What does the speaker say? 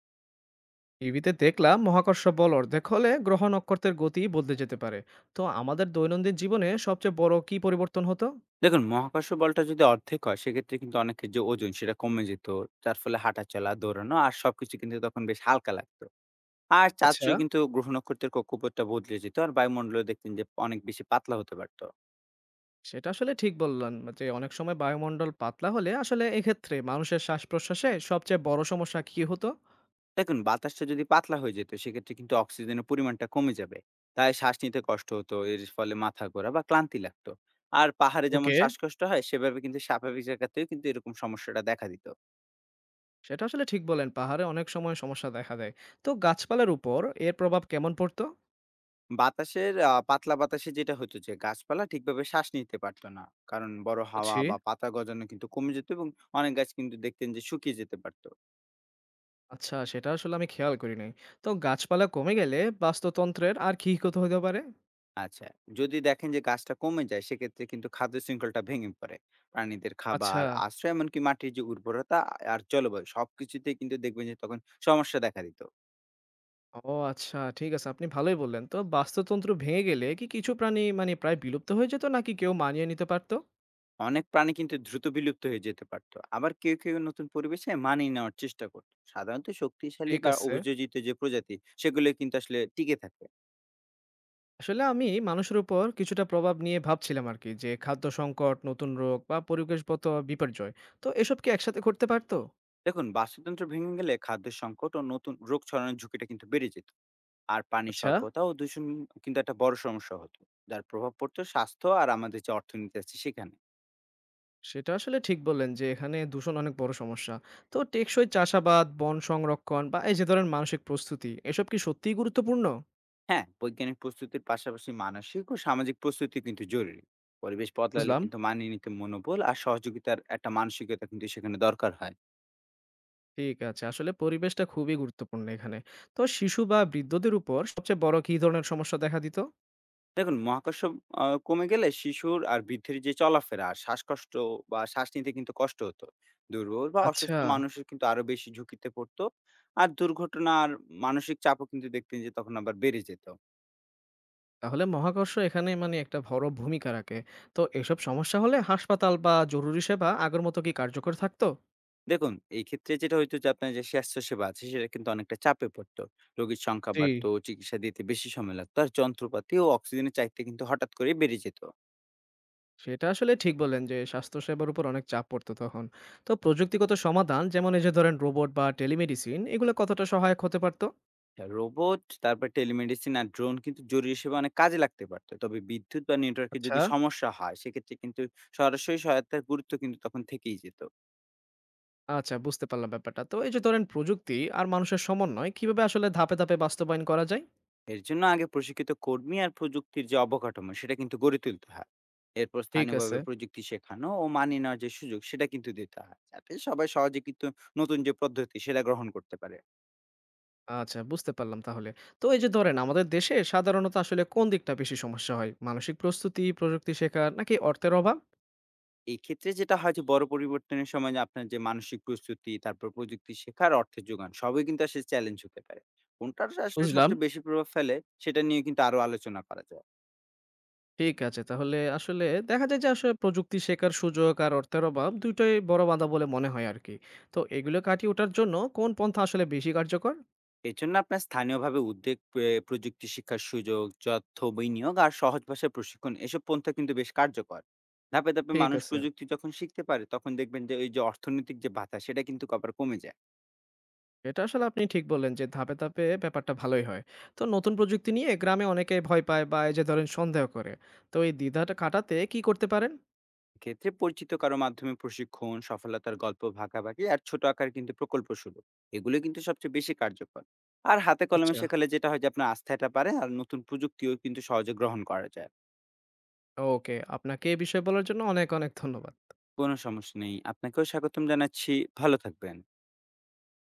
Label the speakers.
Speaker 1: টিভিতে দেখলাম মহাকর্ষ বল অর্ধেক হলে গ্রহ নক্ষত্রের গতি বদলে যেতে পারে। তো আমাদের দৈনন্দিন জীবনে সবচেয়ে বড় কি পরিবর্তন হতো?
Speaker 2: দেখুন, মহাকর্ষ বলটা যদি অর্ধেক হয়, সেক্ষেত্রে কিন্তু অনেকের যে ওজন সেটা কমে যেত। যার ফলে হাঁটাচলা, দৌড়ানো আর সবকিছু কিন্তু তখন বেশ হালকা লাগতো। আর চাঁদ,
Speaker 1: আচ্ছা,
Speaker 2: সূর্য কিন্তু গ্রহ নক্ষত্রের কক্ষপথটা বদলে যেত। আর বায়ুমণ্ডল দেখতেন যে অনেক বেশি পাতলা হতে পারত।
Speaker 1: সেটা আসলে ঠিক বললেন যে অনেক সময় বায়ুমণ্ডল পাতলা হলে আসলে এক্ষেত্রে মানুষের শ্বাস প্রশ্বাসে সবচেয়ে বড় সমস্যা কি হতো?
Speaker 2: দেখুন, বাতাসটা যদি পাতলা হয়ে যেত, সেক্ষেত্রে কিন্তু অক্সিজেনের পরিমাণটা কমে যাবে। তাই শ্বাস নিতে কষ্ট হতো। এর ফলে মাথা ঘোরা বা ক্লান্তি লাগতো। আর পাহাড়ে যেমন
Speaker 1: ওকে,
Speaker 2: শ্বাসকষ্ট হয়, সেভাবে কিন্তু স্বাভাবিক জায়গাতেও কিন্তু এরকম সমস্যাটা দেখা দিত।
Speaker 1: সেটা আসলে ঠিক বলেন পাহাড়ে অনেক সময় সমস্যা দেখা দেয়। তো গাছপালার উপর এর প্রভাব কেমন পড়তো?
Speaker 2: বাতাসের আ পাতলা বাতাসে যেটা হতো যে গাছপালা ঠিকভাবে শ্বাস নিতে পারত না। কারণ বড় হাওয়া
Speaker 1: বুঝছি।
Speaker 2: বা পাতা গজানো কিন্তু কমে যেত এবং অনেক গাছ কিন্তু দেখতেন যে শুকিয়ে যেতে পারত।
Speaker 1: আচ্ছা, সেটা আসলে আমি খেয়াল করি নাই। তো গাছপালা কমে গেলে বাস্তুতন্ত্রের আর কি ক্ষতি হতে পারে?
Speaker 2: আচ্ছা, যদি দেখেন যে গাছটা কমে যায় সেক্ষেত্রে কিন্তু খাদ্য শৃঙ্খলটা ভেঙে পড়ে। প্রাণীদের
Speaker 1: আচ্ছা।
Speaker 2: খাবার, আশ্রয় এমনকি মাটির যে উর্বরতা আর জলবায়ু সবকিছুতেই কিন্তু দেখবেন যে তখন সমস্যা দেখা দিত।
Speaker 1: ও আচ্ছা, ঠিক আছে, আপনি ভালোই বললেন। তো বাস্তুতন্ত্র ভেঙে গেলে কি কিছু প্রাণী মানে প্রায় বিলুপ্ত হয়ে যেত নাকি কেউ মানিয়ে নিতে পারতো?
Speaker 2: অনেক প্রাণী কিন্তু দ্রুত বিলুপ্ত হয়ে যেতে পারত। আবার কেউ নতুন পরিবেশে মানিয়ে নেওয়ার চেষ্টা করত। সাধারণত শক্তিশালী
Speaker 1: ঠিক
Speaker 2: বা
Speaker 1: আছে।
Speaker 2: অভিযোজিত যে প্রজাতি সেগুলো কিন্তু আসলে টিকে থাকে।
Speaker 1: আসলে আমি মানুষের উপর কিছুটা প্রভাব নিয়ে ভাবছিলাম আরকি, যে খাদ্য সংকট, নতুন রোগ বা পরিবেশগত বিপর্যয়। তো এসব কি একসাথে ঘটতে পারতো?
Speaker 2: দেখুন বাস্তুতন্ত্র ভেঙে গেলে খাদ্য সংকট ও নতুন রোগ ছড়ানোর ঝুঁকিটা কিন্তু বেড়ে যেত, আর পানির
Speaker 1: আচ্ছা,
Speaker 2: স্বল্পতা ও দূষণ কিন্তু একটা বড় সমস্যা হতো, যার প্রভাব পড়তো স্বাস্থ্য আর আমাদের যে অর্থনীতি আছে সেখানে।
Speaker 1: সেটা আসলে ঠিক বললেন যে এখানে দূষণ অনেক বড় সমস্যা। তো টেকসই চাষাবাদ, বন সংরক্ষণ বা এই যে ধরেন মানসিক প্রস্তুতি এসব কি সত্যিই গুরুত্বপূর্ণ?
Speaker 2: হ্যাঁ, বৈজ্ঞানিক প্রস্তুতির পাশাপাশি মানসিক ও সামাজিক প্রস্তুতি কিন্তু জরুরি। পরিবেশ বদলালে
Speaker 1: বুঝলাম।
Speaker 2: কিন্তু মানিয়ে নিতে মনোবল আর সহযোগিতার একটা মানসিকতা কিন্তু সেখানে দরকার হয়।
Speaker 1: ঠিক আছে। আসলে পরিবেশটা খুবই গুরুত্বপূর্ণ এখানে। তো শিশু বা বৃদ্ধদের উপর সবচেয়ে বড় কি ধরনের সমস্যা দেখা দিত?
Speaker 2: দেখুন, মহাকর্ষ কমে গেলে শিশুর আর বৃদ্ধের যে চলাফেরা, আর শ্বাসকষ্ট বা শ্বাস নিতে কিন্তু কষ্ট হতো। দুর্বল বা
Speaker 1: আচ্ছা।
Speaker 2: অসুস্থ মানুষের কিন্তু আরো বেশি ঝুঁকিতে পড়তো। আর দুর্ঘটনা আর মানসিক চাপও কিন্তু দেখতেন যে তখন আবার বেড়ে যেত।
Speaker 1: তাহলে মহাকর্ষ এখানে মানে একটা বড় ভূমিকা রাখে। তো এসব সমস্যা হলে হাসপাতাল বা জরুরি সেবা আগের মতো কি কার্যকর থাকতো?
Speaker 2: দেখুন, এই ক্ষেত্রে যেটা হইতো যে আপনার যে স্বাস্থ্যসেবা আছে সেটা কিন্তু অনেকটা চাপে পড়তো। রোগীর সংখ্যা
Speaker 1: জি,
Speaker 2: বাড়তো, চিকিৎসা দিতে বেশি সময় লাগতো আর যন্ত্রপাতি ও অক্সিজেনের চাহিদা কিন্তু হঠাৎ করেই বেড়ে যেত।
Speaker 1: সেটা আসলে ঠিক বললেন যে স্বাস্থ্যসেবার উপর অনেক চাপ পড়তো তখন। তো প্রযুক্তিগত সমাধান যেমন এই যে ধরেন রোবট বা টেলিমেডিসিন এগুলো কতটা সহায়ক হতে পারতো?
Speaker 2: রোবট, তারপর টেলিমেডিসিন আর ড্রোন কিন্তু জরুরি সেবা অনেক কাজে লাগতে পারত। তবে বিদ্যুৎ বা নেটওয়ার্কে
Speaker 1: আচ্ছা।
Speaker 2: যদি সমস্যা হয়, সেক্ষেত্রে কিন্তু সরাসরি সহায়তার গুরুত্ব কিন্তু তখন থেকেই যেত।
Speaker 1: আচ্ছা, বুঝতে পারলাম ব্যাপারটা। তো এই যে ধরেন প্রযুক্তি আর মানুষের সমন্বয় কিভাবে আসলে ধাপে ধাপে বাস্তবায়ন করা যায়?
Speaker 2: এর জন্য আগে প্রশিক্ষিত কর্মী আর প্রযুক্তির যে অবকাঠামো, সেটা কিন্তু গড়ে তুলতে হয়। এরপর
Speaker 1: ঠিক আছে।
Speaker 2: স্থানীয়ভাবে প্রযুক্তি শেখানো ও মানিয়ে নেওয়ার যে সুযোগ, সেটা কিন্তু দিতে হয়। যাতে সবাই সহজে কিন্তু নতুন যে পদ্ধতি, সেটা গ্রহণ করতে পারে।
Speaker 1: আচ্ছা, বুঝতে পারলাম তাহলে। তো এই যে ধরেন আমাদের দেশে সাধারণত আসলে কোন দিকটা বেশি সমস্যা হয়? মানসিক প্রস্তুতি, প্রযুক্তি শেখার নাকি অর্থের অভাব?
Speaker 2: এই ক্ষেত্রে যেটা হয় যে বড় পরিবর্তনের সময় যে আপনার যে মানসিক প্রস্তুতি, তারপর প্রযুক্তি শেখার অর্থের যোগান সবই কিন্তু আসলে চ্যালেঞ্জ হতে পারে। কোনটার আসলে
Speaker 1: বুঝলাম।
Speaker 2: সবচেয়ে বেশি প্রভাব ফেলে সেটা নিয়ে কিন্তু আরো আলোচনা করা যায়।
Speaker 1: ঠিক আছে। তাহলে আসলে দেখা যায় যে আসলে প্রযুক্তি শেখার সুযোগ আর অর্থের অভাব ২ টাই বড় বাধা বলে মনে হয় আরকি। তো এগুলো কাটিয়ে ওঠার জন্য কোন পন্থা আসলে বেশি কার্যকর?
Speaker 2: এর জন্য আপনার স্থানীয়ভাবে উদ্বেগ পে প্রযুক্তি শিক্ষার সুযোগ, তথ্য বিনিয়োগ আর সহজ ভাষায় প্রশিক্ষণ এসব পন্থা কিন্তু বেশ কার্যকর। ধাপে ধাপে
Speaker 1: ঠিক
Speaker 2: মানুষ
Speaker 1: আছে।
Speaker 2: প্রযুক্তি যখন শিখতে পারে তখন দেখবেন যে ওই যে অর্থনৈতিক যে বাধা সেটা কিন্তু আবার কমে যায়।
Speaker 1: এটা আসলে আপনি ঠিক বললেন যে ধাপে ধাপে ব্যাপারটা ভালোই হয়। তো নতুন প্রযুক্তি নিয়ে গ্রামে অনেকে ভয় পায় বা এই যে ধরেন সন্দেহ করে। তো এই দ্বিধাটা কাটাতে কি করতে পারেন?
Speaker 2: ক্ষেত্রে পরিচিত কারো মাধ্যমে প্রশিক্ষণ, সফলতার গল্প ভাগাভাগি আর ছোট আকার কিন্তু প্রকল্প শুরু, এগুলো কিন্তু সবচেয়ে বেশি কার্যকর। আর হাতে কলমে
Speaker 1: আচ্ছা।
Speaker 2: শেখালে যেটা হয় যে আপনার আস্থাটা পারে আর নতুন প্রযুক্তিও কিন্তু সহজে গ্রহণ করা যায়।
Speaker 1: ওকে, আপনাকে এই বিষয়ে বলার জন্য অনেক ধন্যবাদ।
Speaker 2: কোনো সমস্যা নেই, আপনাকেও স্বাগতম জানাচ্ছি। ভালো থাকবেন।